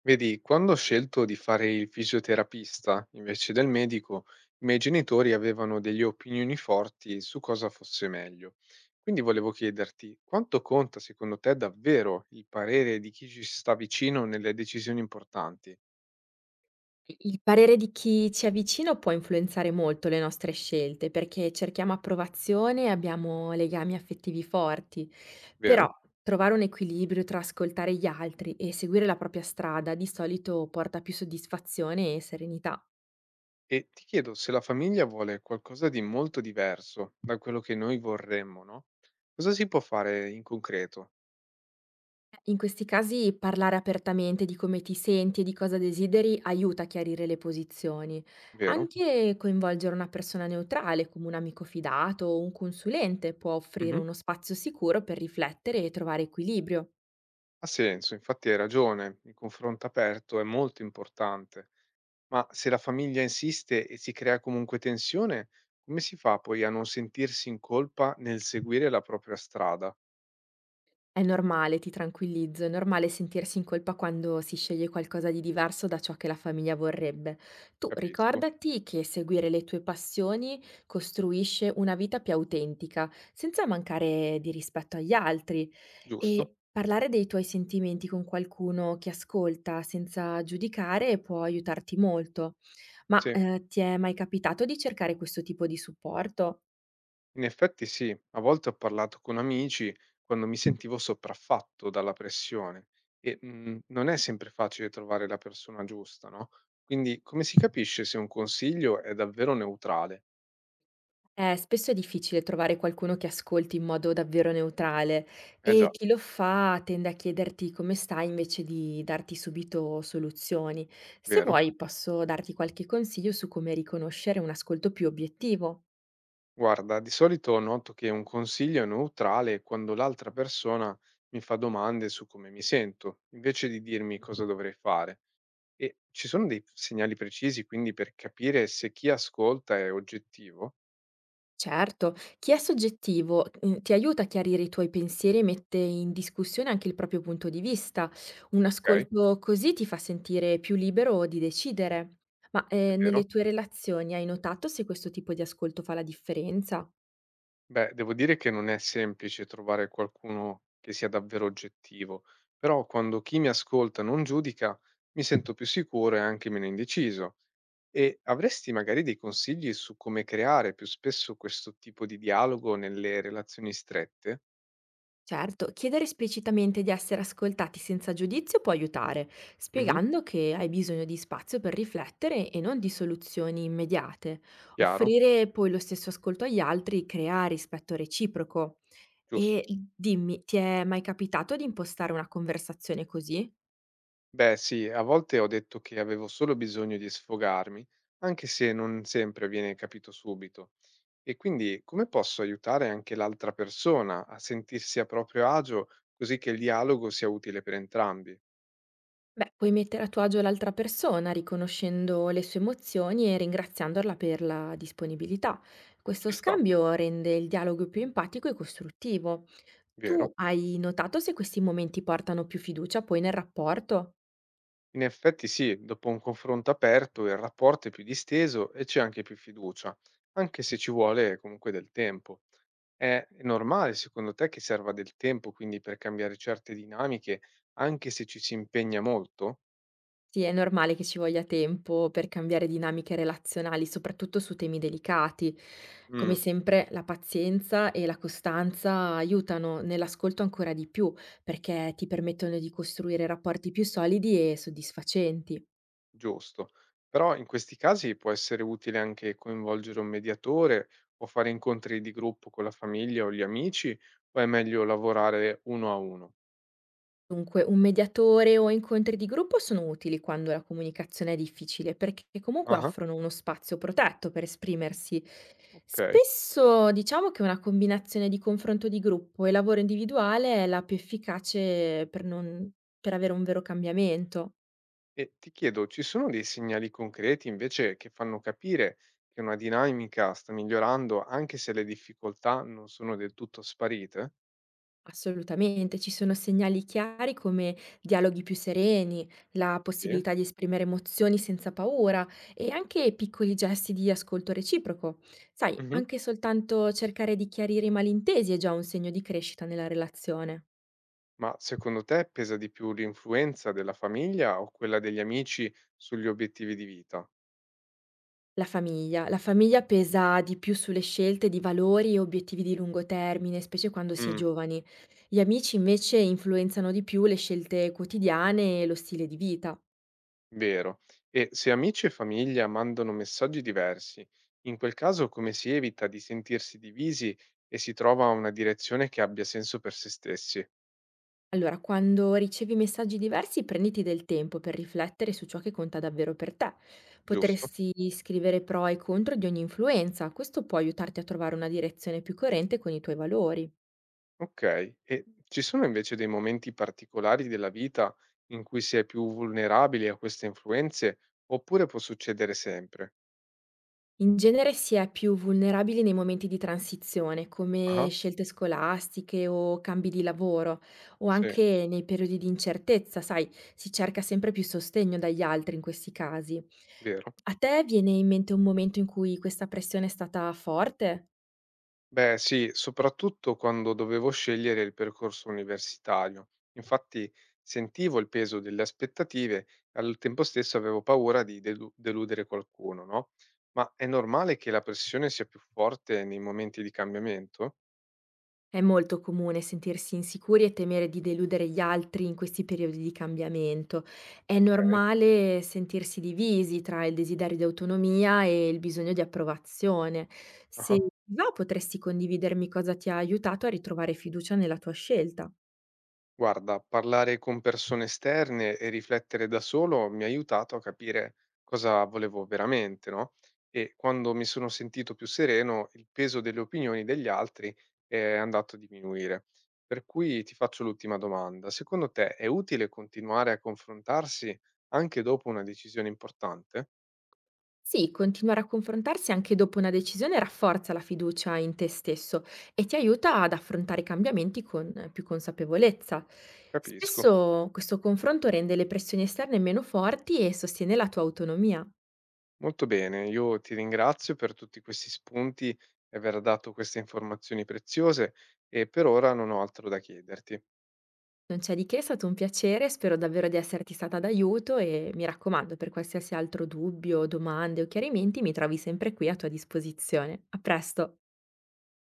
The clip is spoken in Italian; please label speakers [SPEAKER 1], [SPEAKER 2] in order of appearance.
[SPEAKER 1] Vedi, quando ho scelto di fare il fisioterapista invece del medico, i miei genitori avevano delle opinioni forti su cosa fosse meglio. Quindi volevo chiederti, quanto conta secondo te davvero il parere di chi ci sta vicino nelle decisioni importanti,
[SPEAKER 2] Il parere di chi ci è vicino può influenzare molto le nostre scelte, perché cerchiamo approvazione e abbiamo legami affettivi forti. Però
[SPEAKER 1] vero?
[SPEAKER 2] trovare un equilibrio tra ascoltare gli altri e seguire la propria strada di solito porta più soddisfazione e serenità.
[SPEAKER 1] E ti chiedo se la famiglia vuole qualcosa di molto diverso da quello che noi vorremmo, no? Cosa si può fare in concreto,
[SPEAKER 2] In questi casi parlare apertamente di come ti senti e di cosa desideri aiuta a chiarire le posizioni.
[SPEAKER 1] vero?
[SPEAKER 2] Anche coinvolgere una persona neutrale, come un amico fidato o un consulente, può offrire
[SPEAKER 1] Mhm.
[SPEAKER 2] uno spazio sicuro per riflettere e trovare equilibrio.
[SPEAKER 1] Ha senso, infatti hai ragione, il confronto aperto è molto importante. Ma se la famiglia insiste e si crea comunque tensione, come si fa poi a non sentirsi in colpa nel seguire la propria strada?
[SPEAKER 2] È normale, ti tranquillizzo, è normale sentirsi in colpa quando si sceglie qualcosa di diverso da ciò che la famiglia vorrebbe. Tu
[SPEAKER 1] Capisco,
[SPEAKER 2] ricordati che seguire le tue passioni costruisce una vita più autentica, senza mancare di rispetto agli altri
[SPEAKER 1] giusto?
[SPEAKER 2] e parlare dei tuoi sentimenti con qualcuno che ascolta senza giudicare può aiutarti molto.
[SPEAKER 1] Sì,
[SPEAKER 2] Ti è mai capitato di cercare questo tipo di supporto?
[SPEAKER 1] in effetti sì, a volte ho parlato con amici quando mi sentivo sopraffatto dalla pressione e non è sempre facile trovare la persona giusta, no? Quindi come si capisce se un consiglio è davvero neutrale?
[SPEAKER 2] Spesso è difficile trovare qualcuno che ascolti in modo davvero neutrale
[SPEAKER 1] Eh
[SPEAKER 2] e
[SPEAKER 1] già,
[SPEAKER 2] chi lo fa tende a chiederti come stai invece di darti subito soluzioni. Se
[SPEAKER 1] vero?
[SPEAKER 2] vuoi, posso darti qualche consiglio su come riconoscere un ascolto più obiettivo.
[SPEAKER 1] Guarda, di solito noto che un consiglio è neutrale quando l'altra persona mi fa domande su come mi sento, invece di dirmi cosa dovrei fare. E ci sono dei segnali precisi, quindi, per capire se chi ascolta è oggettivo?
[SPEAKER 2] Certo, chi è soggettivo, ti aiuta a chiarire i tuoi pensieri e mette in discussione anche il proprio punto di vista. Un
[SPEAKER 1] Ok,
[SPEAKER 2] ascolto così ti fa sentire più libero di decidere.
[SPEAKER 1] è
[SPEAKER 2] Nelle
[SPEAKER 1] vero.
[SPEAKER 2] tue relazioni hai notato se questo tipo di ascolto fa la differenza?
[SPEAKER 1] Beh, devo dire che non è semplice trovare qualcuno che sia davvero oggettivo, però quando chi mi ascolta non giudica, mi sento più sicuro e anche meno indeciso. E avresti magari dei consigli su come creare più spesso questo tipo di dialogo nelle relazioni strette?
[SPEAKER 2] Certo, chiedere esplicitamente di essere ascoltati senza giudizio può aiutare,
[SPEAKER 1] Mh-mh.
[SPEAKER 2] spiegando che hai bisogno di spazio per riflettere e non di soluzioni immediate.
[SPEAKER 1] Chiaro,
[SPEAKER 2] Offrire poi lo stesso ascolto agli altri crea rispetto reciproco.
[SPEAKER 1] giusto.
[SPEAKER 2] E dimmi, ti è mai capitato di impostare una conversazione così?
[SPEAKER 1] Beh sì, a volte ho detto che avevo solo bisogno di sfogarmi, anche se non sempre viene capito subito. E quindi come posso aiutare anche l'altra persona a sentirsi a proprio agio, così che il dialogo sia utile per entrambi?
[SPEAKER 2] Beh, puoi mettere a tuo agio l'altra persona, riconoscendo le sue emozioni e ringraziandola per la disponibilità. Questo
[SPEAKER 1] Ci sta,
[SPEAKER 2] scambio rende il dialogo più empatico e costruttivo.
[SPEAKER 1] vero?
[SPEAKER 2] Tu hai notato se questi momenti portano più fiducia poi nel rapporto?
[SPEAKER 1] In effetti sì, dopo un confronto aperto il rapporto è più disteso e c'è anche più fiducia, anche se ci vuole comunque del tempo. È normale secondo te che serva del tempo quindi per cambiare certe dinamiche, anche se ci si impegna molto?
[SPEAKER 2] Sì, è normale che ci voglia tempo per cambiare dinamiche relazionali, soprattutto su temi delicati. Come
[SPEAKER 1] Mm,
[SPEAKER 2] sempre, la pazienza e la costanza aiutano nell'ascolto ancora di più, perché ti permettono di costruire rapporti più solidi e soddisfacenti.
[SPEAKER 1] giusto. Però in questi casi può essere utile anche coinvolgere un mediatore o fare incontri di gruppo con la famiglia o gli amici, o è meglio lavorare uno a uno?
[SPEAKER 2] Dunque, un mediatore o incontri di gruppo sono utili quando la comunicazione è difficile, perché comunque
[SPEAKER 1] Ah,
[SPEAKER 2] offrono uno spazio protetto per esprimersi.
[SPEAKER 1] ok.
[SPEAKER 2] Spesso diciamo che una combinazione di confronto di gruppo e lavoro individuale è la più efficace per per avere un vero cambiamento.
[SPEAKER 1] E ti chiedo, ci sono dei segnali concreti invece che fanno capire che una dinamica sta migliorando anche se le difficoltà non sono del tutto sparite?
[SPEAKER 2] Assolutamente, ci sono segnali chiari come dialoghi più sereni, la
[SPEAKER 1] Sì.
[SPEAKER 2] possibilità di esprimere emozioni senza paura e anche piccoli gesti di ascolto reciproco. Sai,
[SPEAKER 1] Mhm.
[SPEAKER 2] anche soltanto cercare di chiarire i malintesi è già un segno di crescita nella relazione.
[SPEAKER 1] Ma secondo te pesa di più l'influenza della famiglia o quella degli amici sugli obiettivi di vita?
[SPEAKER 2] La famiglia. La famiglia pesa di più sulle scelte di valori e obiettivi di lungo termine, specie quando si è
[SPEAKER 1] Mm.
[SPEAKER 2] giovani. Gli amici invece influenzano di più le scelte quotidiane e lo stile di vita.
[SPEAKER 1] Vero. E se amici e famiglia mandano messaggi diversi, in quel caso come si evita di sentirsi divisi e si trova una direzione che abbia senso per se stessi,
[SPEAKER 2] Allora, quando ricevi messaggi diversi, prenditi del tempo per riflettere su ciò che conta davvero per te.
[SPEAKER 1] giusto?
[SPEAKER 2] Potresti scrivere pro e contro di ogni influenza, questo può aiutarti a trovare una direzione più coerente con i tuoi valori.
[SPEAKER 1] Okay, e ci sono invece dei momenti particolari della vita in cui si è più vulnerabili a queste influenze, oppure può succedere sempre?
[SPEAKER 2] In genere si è più vulnerabili nei momenti di transizione, come
[SPEAKER 1] Ah-ah,
[SPEAKER 2] scelte scolastiche o cambi di lavoro, o
[SPEAKER 1] sì,
[SPEAKER 2] anche nei periodi di incertezza, sai, si cerca sempre più sostegno dagli altri in questi casi.
[SPEAKER 1] vero.
[SPEAKER 2] A te viene in mente un momento in cui questa pressione è stata forte?
[SPEAKER 1] Beh sì, soprattutto quando dovevo scegliere il percorso universitario. Infatti sentivo il peso delle aspettative e al tempo stesso avevo paura di deludere qualcuno, no, ma è normale che la pressione sia più forte nei momenti di cambiamento?
[SPEAKER 2] È molto comune sentirsi insicuri e temere di deludere gli altri in questi periodi di cambiamento. È
[SPEAKER 1] Okay,
[SPEAKER 2] normale sentirsi divisi tra il desiderio di autonomia e il bisogno di approvazione. Se
[SPEAKER 1] ah-ah.
[SPEAKER 2] ti va, potresti condividermi cosa ti ha aiutato a ritrovare fiducia nella tua scelta.
[SPEAKER 1] Guarda, parlare con persone esterne e riflettere da solo mi ha aiutato a capire cosa volevo veramente, no? E quando mi sono sentito più sereno, il peso delle opinioni degli altri è andato a diminuire. Per cui ti faccio l'ultima domanda. Secondo te è utile continuare a confrontarsi anche dopo una decisione importante?
[SPEAKER 2] Sì, continuare a confrontarsi anche dopo una decisione rafforza la fiducia in te stesso e ti aiuta ad affrontare i cambiamenti con più consapevolezza.
[SPEAKER 1] Capisco.
[SPEAKER 2] Spesso questo confronto rende le pressioni esterne meno forti e sostiene la tua autonomia.
[SPEAKER 1] Molto bene, io ti ringrazio per tutti questi spunti e aver dato queste informazioni preziose e per ora non ho altro da chiederti.
[SPEAKER 2] Non c'è di che, è stato un piacere, spero davvero di esserti stata d'aiuto e mi raccomando, per qualsiasi altro dubbio, domande o chiarimenti, mi trovi sempre qui a tua disposizione. A presto!